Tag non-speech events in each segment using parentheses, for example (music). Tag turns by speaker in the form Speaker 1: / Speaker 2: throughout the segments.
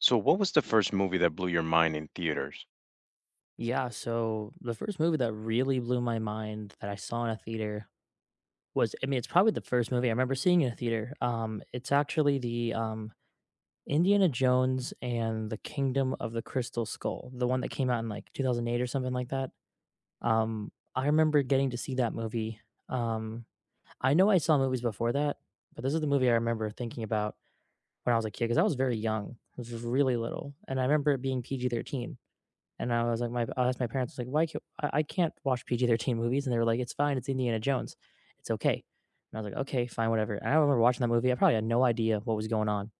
Speaker 1: So, what was the first movie that blew your mind in theaters?
Speaker 2: Yeah, so the first movie that really blew my mind that I saw in a theater was it's probably the first movie I remember seeing in a theater. It's actually the Indiana Jones and the Kingdom of the Crystal Skull, the one that came out in like 2008 or something like that. I remember getting to see that movie. Um, I know I saw movies before that, but this is the movie I remember thinking about when I was a kid because I was very young. I was really little, and I remember it being PG-13. And I was like, my I asked my parents, I Was like, why can't I can't watch PG-13 movies? And they were like, it's fine. It's Indiana Jones. It's okay. And I was like, okay, fine, whatever. And I remember watching that movie. I probably had no idea what was going on.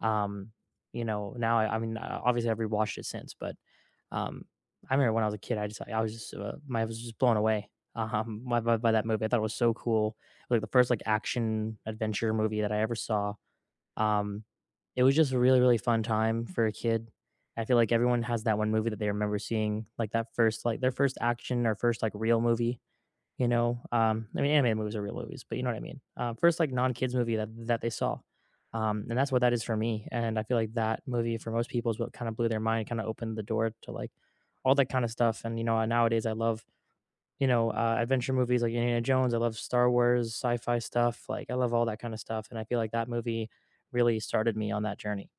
Speaker 2: Um, now I mean, obviously I've rewatched it since, but um, I remember when I was a kid, I just I was just my I was just blown away (laughs) by, by that movie. I thought it was so cool. It was like the first like action adventure movie that I ever saw. Um, it was just a really, really fun time for a kid. I feel like everyone has that one movie that they remember seeing, like that first, like their first action or first like real movie. I mean, animated movies are real movies, but you know what I mean. First like non kids movie that they saw, and that's what that is for me. And I feel like that movie for most people is what kind of blew their mind, kind of opened the door to like all that kind of stuff. And you know, nowadays I love adventure movies like Indiana Jones. I love Star Wars, sci-fi stuff. Like I love all that kind of stuff, and I feel like that movie really started me on that journey.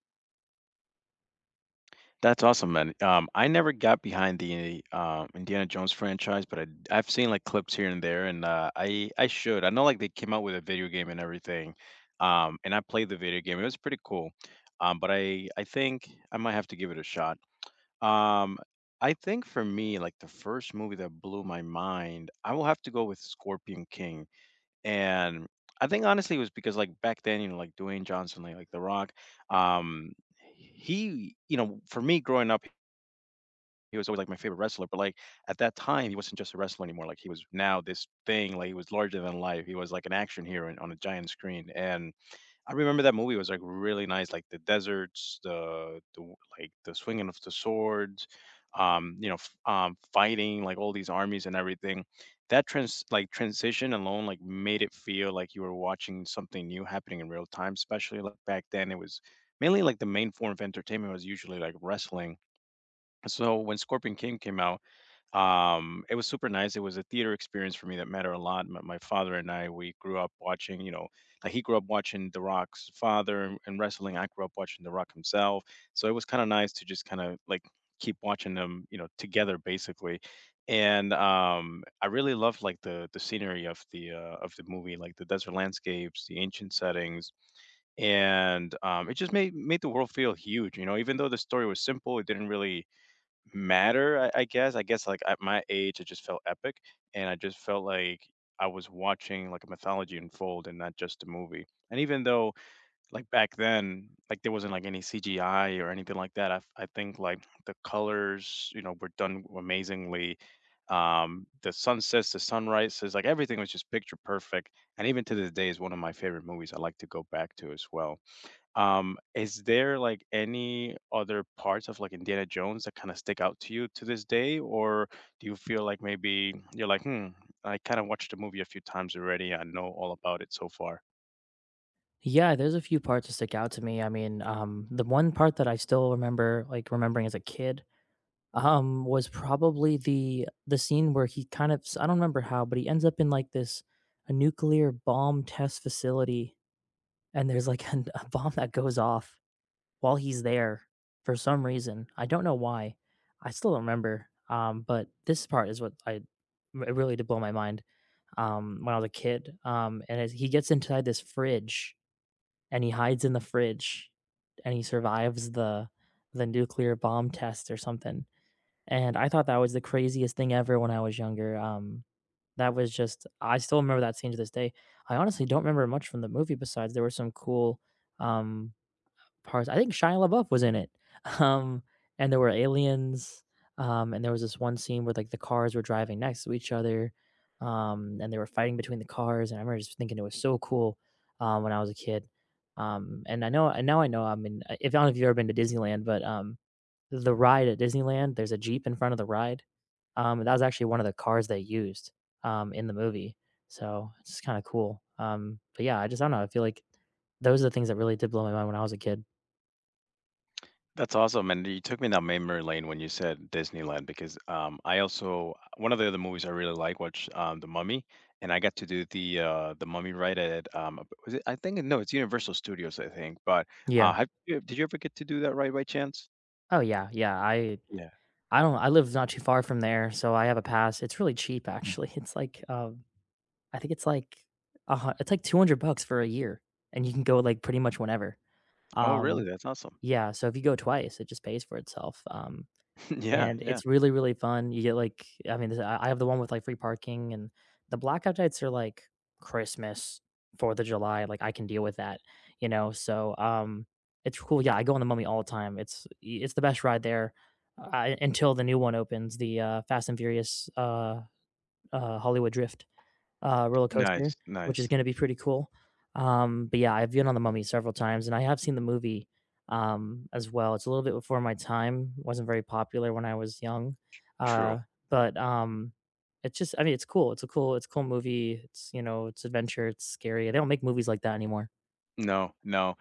Speaker 1: That's awesome, man. I never got behind the Indiana Jones franchise, but I've seen like clips here and there, and I should. I know like they came out with a video game and everything, and I played the video game. It was pretty cool, but I think I might have to give it a shot. Um, I think for me, like the first movie that blew my mind, I will have to go with Scorpion King. And I think honestly it was because like back then, you know, like Dwayne Johnson, like The Rock, um, he, you know, for me growing up, he was always like my favorite wrestler. But like at that time, he wasn't just a wrestler anymore. Like he was now this thing. Like he was larger than life. He was like an action hero on a giant screen. And I remember that movie was like really nice, like the deserts, the like the swinging of the swords, you know, fighting like all these armies and everything. That transition alone like made it feel like you were watching something new happening in real time. Especially like back then, it was mainly like the main form of entertainment was usually like wrestling. So when Scorpion King came out, it was super nice. It was a theater experience for me that mattered a lot. My father and I, we grew up watching, you know, like he grew up watching the Rock's father and, wrestling. I grew up watching the Rock himself, so it was kind of nice to just kind of like keep watching them, you know, together basically. And I really loved like the scenery of the movie, like the desert landscapes, the ancient settings. And it just made the world feel huge, you know. Even though the story was simple, it didn't really matter, I guess. I guess, like, at my age, it just felt epic, and I just felt like I was watching, like, a mythology unfold and not just a movie. And even though, like, back then, like, there wasn't, like, any CGI or anything like that, I think, like, the colors, you know, were done amazingly. The sunsets, the sunrises, like, everything was just picture perfect, and even to this day is one of my favorite movies I like to go back to as well. Is there like any other parts of like Indiana Jones that kind of stick out to you to this day, or do you feel like maybe you're like, hmm, I kind of watched the movie a few times already. I know all about it so far.
Speaker 2: Yeah, there's a few parts that stick out to me. The one part that I still remember, like remembering as a kid, was probably the scene where he kind of I don't remember how, but he ends up in like this a nuclear bomb test facility, and there's like (laughs) a bomb that goes off, while he's there, for some reason, I don't know why, I still don't remember, but this part is what I it really did blow my mind, when I was a kid, and as he gets inside this fridge, and he hides in the fridge, and he survives the nuclear bomb test or something, and I thought that was the craziest thing ever when I was younger, that was just I still remember that scene to this day. I honestly don't remember much from the movie besides there were some cool, um parts. I think Shia LaBeouf was in it. (laughs) Um, and there were aliens. And there was this one scene where like the cars were driving next to each other, and they were fighting between the cars. And I remember just thinking it was so cool when I was a kid. And I know, and now I know. If I don't know if you've ever been to Disneyland, but the ride at Disneyland, there's a jeep in front of the ride. And that was actually one of the cars they used in the movie. So it's just kind of cool. But yeah, I just I don't know. I feel like those are the things that really did blow my mind when I was a kid.
Speaker 1: That's awesome, and you took me down memory lane when you said Disneyland because I also, one of the other movies I really like was The Mummy, and I got to do the Mummy ride at was it, I think, no, it's Universal Studios, I think. But
Speaker 2: Yeah.
Speaker 1: have you, did you ever get to do that ride by chance?
Speaker 2: Oh yeah, yeah.
Speaker 1: Yeah.
Speaker 2: I don't I live not too far from there, so I have a pass. It's really cheap actually. (laughs) It's like I think it's like a it's like 200 bucks for a year and you can go like pretty much whenever.
Speaker 1: Oh, really?
Speaker 2: Um
Speaker 1: That's awesome.
Speaker 2: yeah, so if you go twice, it just pays for itself.
Speaker 1: (laughs) Yeah,
Speaker 2: And
Speaker 1: yeah.
Speaker 2: it's really, really fun. You get like I mean, this I have the one with, like, free parking, and the blackout dates are like Christmas, 4th of July, like, I can deal with that, you know? So, it's cool. Yeah, I go on the Mummy all the time. It's the best ride there, until the new one opens, the, Fast& and Furious, Hollywood Drift roller
Speaker 1: Nice,
Speaker 2: coaster, which is
Speaker 1: nice.
Speaker 2: gonna be pretty cool. But yeah, I've been on The Mummy several times, and I have seen the movie, as well. It's a little bit before my time, wasn't very popular when I was young, uh,
Speaker 1: True.
Speaker 2: but, it's just I mean, it's cool, it's a cool movie, it's, you know, it's adventure, it's scary, they don't make movies like that anymore.
Speaker 1: No, no.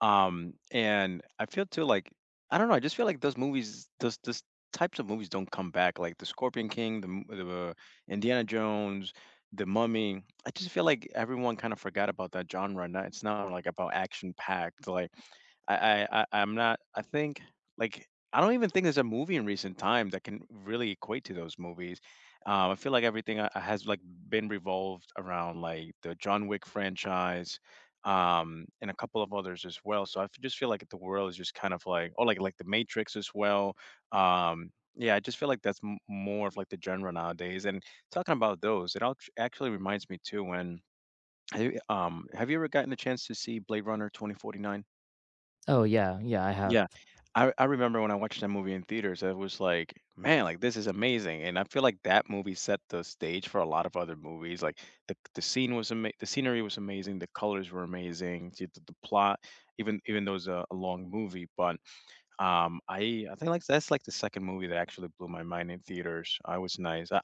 Speaker 1: And I feel too like I don't know, I just feel like those movies, those types of movies don't come back. Like the Scorpion King, the Indiana Jones, the Mummy. I just feel like everyone kind of forgot about that genre. Now it's not like about action packed. Like I'm not. I think like I don't even think there's a movie in recent time that can really equate to those movies. I feel like everything has like been revolved around like the John Wick franchise, and a couple of others as well. So just feel like the world is just kind of like, oh, like the Matrix as well. Yeah, I just feel like that's more of like the genre nowadays. And talking about those, it actually reminds me too, when have you ever gotten the chance to see Blade Runner 2049?
Speaker 2: Oh, yeah, yeah, I have.
Speaker 1: I remember when I watched that movie in theaters, I was like, "Man, like this is amazing." And I feel like that movie set the stage for a lot of other movies. Like the scenery was amazing, the colors were amazing, the plot, even though it's a long movie, but I think like that's like the second movie that actually blew my mind in theaters. I was nice.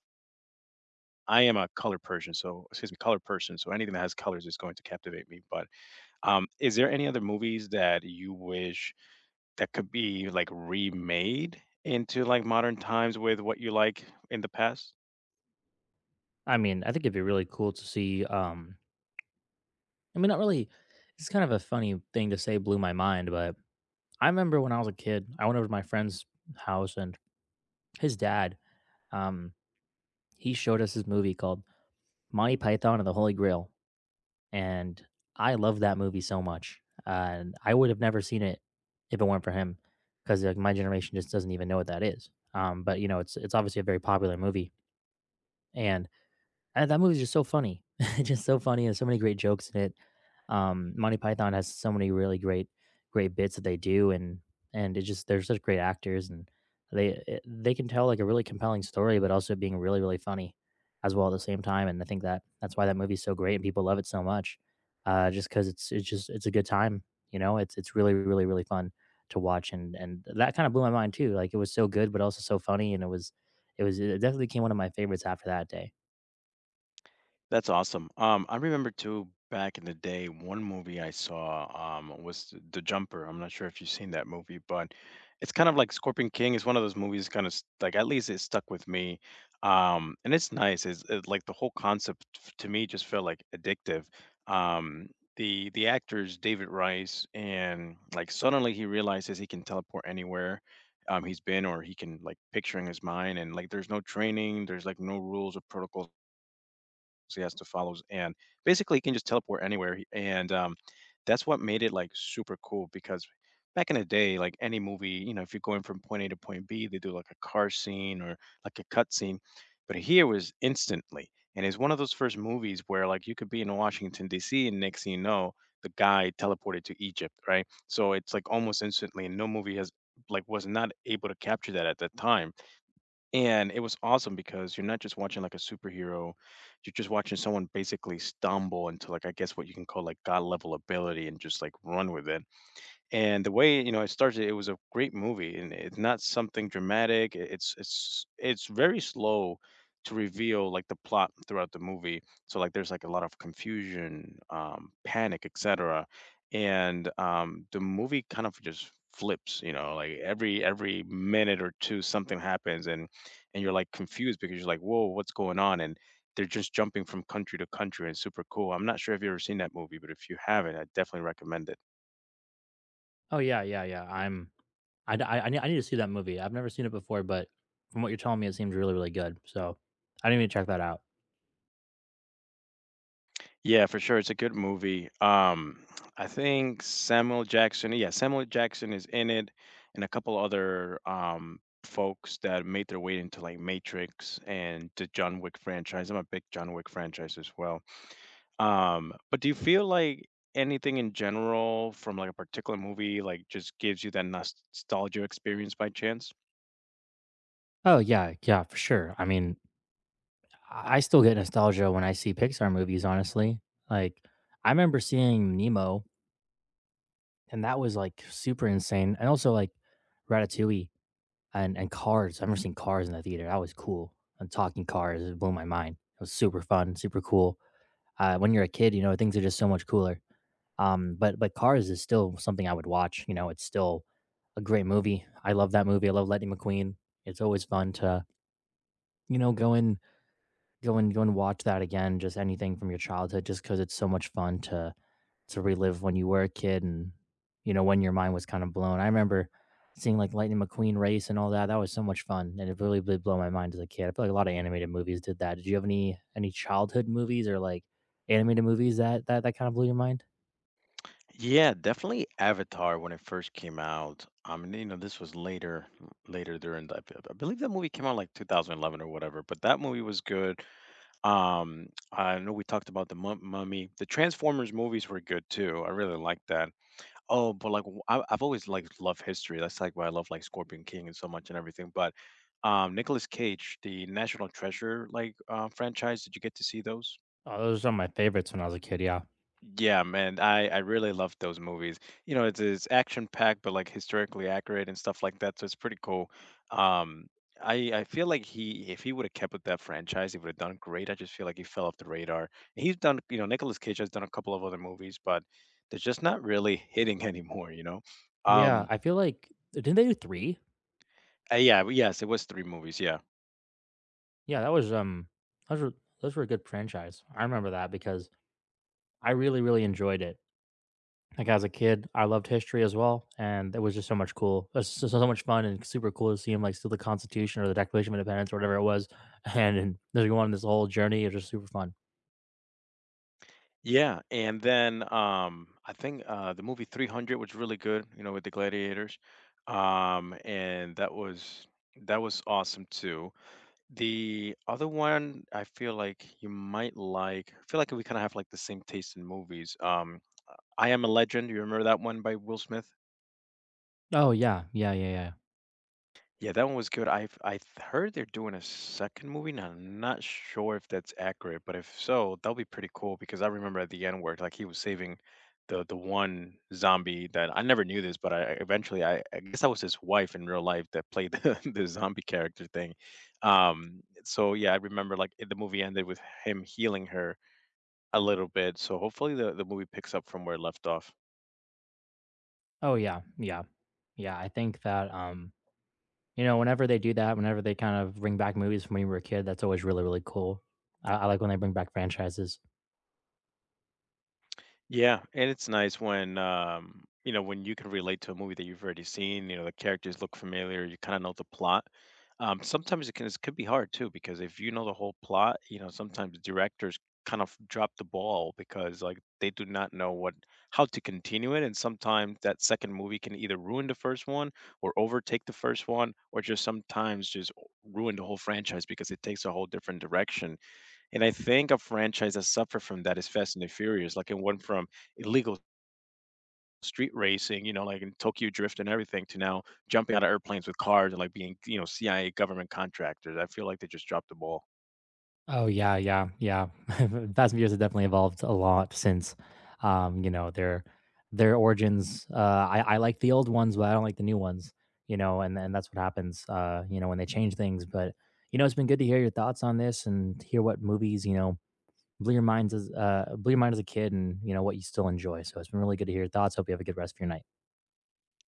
Speaker 1: I am a color person, so excuse me, color person. So anything that has colors is going to captivate me. But is there any other movies that you wish that could be, like, remade into, like, modern times with what you like in the past?
Speaker 2: I mean, I think it'd be really cool to see, I mean, not really it's kind of a funny thing to say blew my mind, but I remember when I was a kid, I went over to my friend's house and his dad um he showed us his movie called Monty Python and the Holy Grail, and I love that movie so much, and I would have never seen it if it weren't for him, because like my generation just doesn't even know what that is, but it's obviously a very popular movie. And that movie's just so funny. (laughs) It's just so funny. There's so many great jokes in it. Monty Python has so many great bits that they do, and it just they're such great actors, and they can tell like a really compelling story, but also being really really funny as well at the same time. And I think that's why that movie's so great and people love it so much, just because it's a good time. You know, it's really really really fun to watch, and that kind of blew my mind too. Like it was so good, but also so funny, and it definitely became one of my favorites after that day.
Speaker 1: That's awesome. I remember too back in the day, one movie I saw was The Jumper. I'm not sure if you've seen that movie, but it's kind of like Scorpion King. It's one of those movies kind of like, at least it stuck with me. And it's nice. Like the whole concept to me just felt like addictive. Um, the actors David Rice, and like suddenly he realizes he can teleport anywhere. He's been, or he can like picture in his mind, and like there's no training, there's like no rules or protocols so he has to follow. And basically, he can just teleport anywhere. And that's what made it like super cool because back in the day, like any movie, you know, if you're going from point A to point B, they do like a car scene or like a cut scene. But here was instantly. And it's one of those first movies where like you could be in Washington, D.C., and next thing you know, the guy teleported to Egypt, right? So it's like almost instantly. And no movie has was not able to capture that at that time, and it was awesome because you're not just watching like a superhero, you're just watching someone basically stumble into like, I guess what you can call like god level ability, and just like run with it. And the way, you know, it started, it was a great movie, and it's not something dramatic. It's very slow to reveal like the plot throughout the movie. So like there's like a lot of confusion, panic, etc. And the movie kind of just flips, you know, like every minute or two, something happens, and you're like confused because you're like, whoa, what's going on? And they're just jumping from country to country, and it's super cool. I'm not sure if you've ever seen that movie, but if you haven't, I definitely recommend it.
Speaker 2: Oh, yeah, yeah, yeah, I'm I d I nee I need to see that movie. I've never seen it before, but from what you're telling me, it seems really, really good, so I need to check that out.
Speaker 1: Yeah, for sure, it's a good movie. I think Samuel Jackson, yeah, Samuel Jackson is in it, and a couple other folks that made their way into like Matrix and the John Wick franchise. I'm a big John Wick franchise as well. But do you feel like anything in general from like a particular movie like just gives you that nostalgia experience by chance?
Speaker 2: Oh, yeah, yeah, for sure. I mean, I still get nostalgia when I see Pixar movies, honestly. Like, I remember seeing Nemo, and that was, like, super insane, and also, like, Ratatouille and Cars. I have never seen Cars in the theater, that was cool, and talking Cars, it blew my mind. It was super fun, super cool. When you're a kid, you know, things are just so much cooler. But Cars is still something I would watch, you know, it's still a great movie. I love that movie. I love Lightning McQueen. It's always fun to, you know, go and watch that again, just anything from your childhood just because it's so much fun to relive when you were a kid and, you know, when your mind was kind of blown. I remember seeing like Lightning McQueen race and all that. That was so much fun, and it really did blow my mind as a kid. I feel like a lot of animated movies did that. Did you have any childhood movies or like animated movies that kind of blew your mind?
Speaker 1: Yeah, definitely Avatar when it first came out. I mean, you know, this was later, during I believe that movie came out like 2011 or whatever, but that movie was good. I know we talked about the Mummy. The Transformers movies were good too. I really liked that. Oh, but like have always liked, love history. That's like why I love like Scorpion King and so much and everything. But Nicolas Cage, the National Treasure like franchise. Did you get to see those?
Speaker 2: Oh, those are some of my favorites when I was a kid. Yeah,
Speaker 1: Yeah, man, I really love those movies. You know, it's action packed, but like historically accurate and stuff like that. So it's pretty cool. Um, I feel like he, if he would have kept with that franchise, he would have done great. I just feel like he fell off the radar. And he's done, you know, Nicolas Cage has done a couple of other movies, but they're just not really hitting (laughs) anymore. You know,
Speaker 2: yeah.
Speaker 1: um,
Speaker 2: I feel like didn't they do three?
Speaker 1: yeah, but yes, it was three movies. Yeah.
Speaker 2: Yeah, that was those were those were a good franchise. I remember that because I really, really enjoyed it. Like as a kid, I loved history as well, and it was just so much cool. It was so, so much fun and super cool to see him like steal the Constitution or the Declaration of Independence or whatever it was, (laughs) and they're going on this whole journey. It was just super fun.
Speaker 1: Yeah, and then, I think, the movie 300 was really good, you know, with the gladiators, and that was awesome too. The other one I feel like you might like, I feel like we kinda have, like, the same taste in movies, I Am a Legend, you remember that one by Will Smith?
Speaker 2: Oh yeah, yeah, yeah, yeah.
Speaker 1: Yeah, that one was good. I heard they're doing a second movie, and I'm not sure if that's accurate, but if so, that'll be pretty cool because I remember at the end where like he was saving the one zombie, that I never knew this, but eventually I guess that was his wife in real life that played the, (laughs) the zombie character thing. So yeah, I remember like the movie ended with him healing her a little bit. So hopefully the movie picks up from where it left off.
Speaker 2: Oh yeah, yeah, yeah. I think that you know, whenever they do that, whenever they kind of bring back movies from when we were a kid, that's always really, really cool. I like when they bring back franchises.
Speaker 1: Yeah, and it's nice when, you know, when you can relate to a movie that you've already seen. You know the characters look familiar. You kind of know the plot. Sometimes it can, it could be hard too, because if you know the whole plot, you know, sometimes directors kind of drop the ball because like they do not know what, how to continue it, and sometimes that second movie can either ruin the first one or overtake the first one, or just sometimes just ruin the whole franchise because it takes a whole different direction. And I think a franchise that suffered from that is Fast and the Furious. Like it went from illegal street racing, you know, like in Tokyo Drift and everything, to now jumping out of airplanes with cars and like being, you know, CIA government contractors. I feel like they just dropped the ball.
Speaker 2: Oh yeah, yeah, yeah. (laughs) Fast and Furious has definitely evolved a lot since, you know, their origins. I like the old ones, but I don't like the new ones. You know, and that's what happens. You know, when they change things. But you know, it's been good to hear your thoughts on this and hear what movies blew your mind as a kid, and you know what you still enjoy. So it's been really good to hear your thoughts. Hope you have a good rest of your night.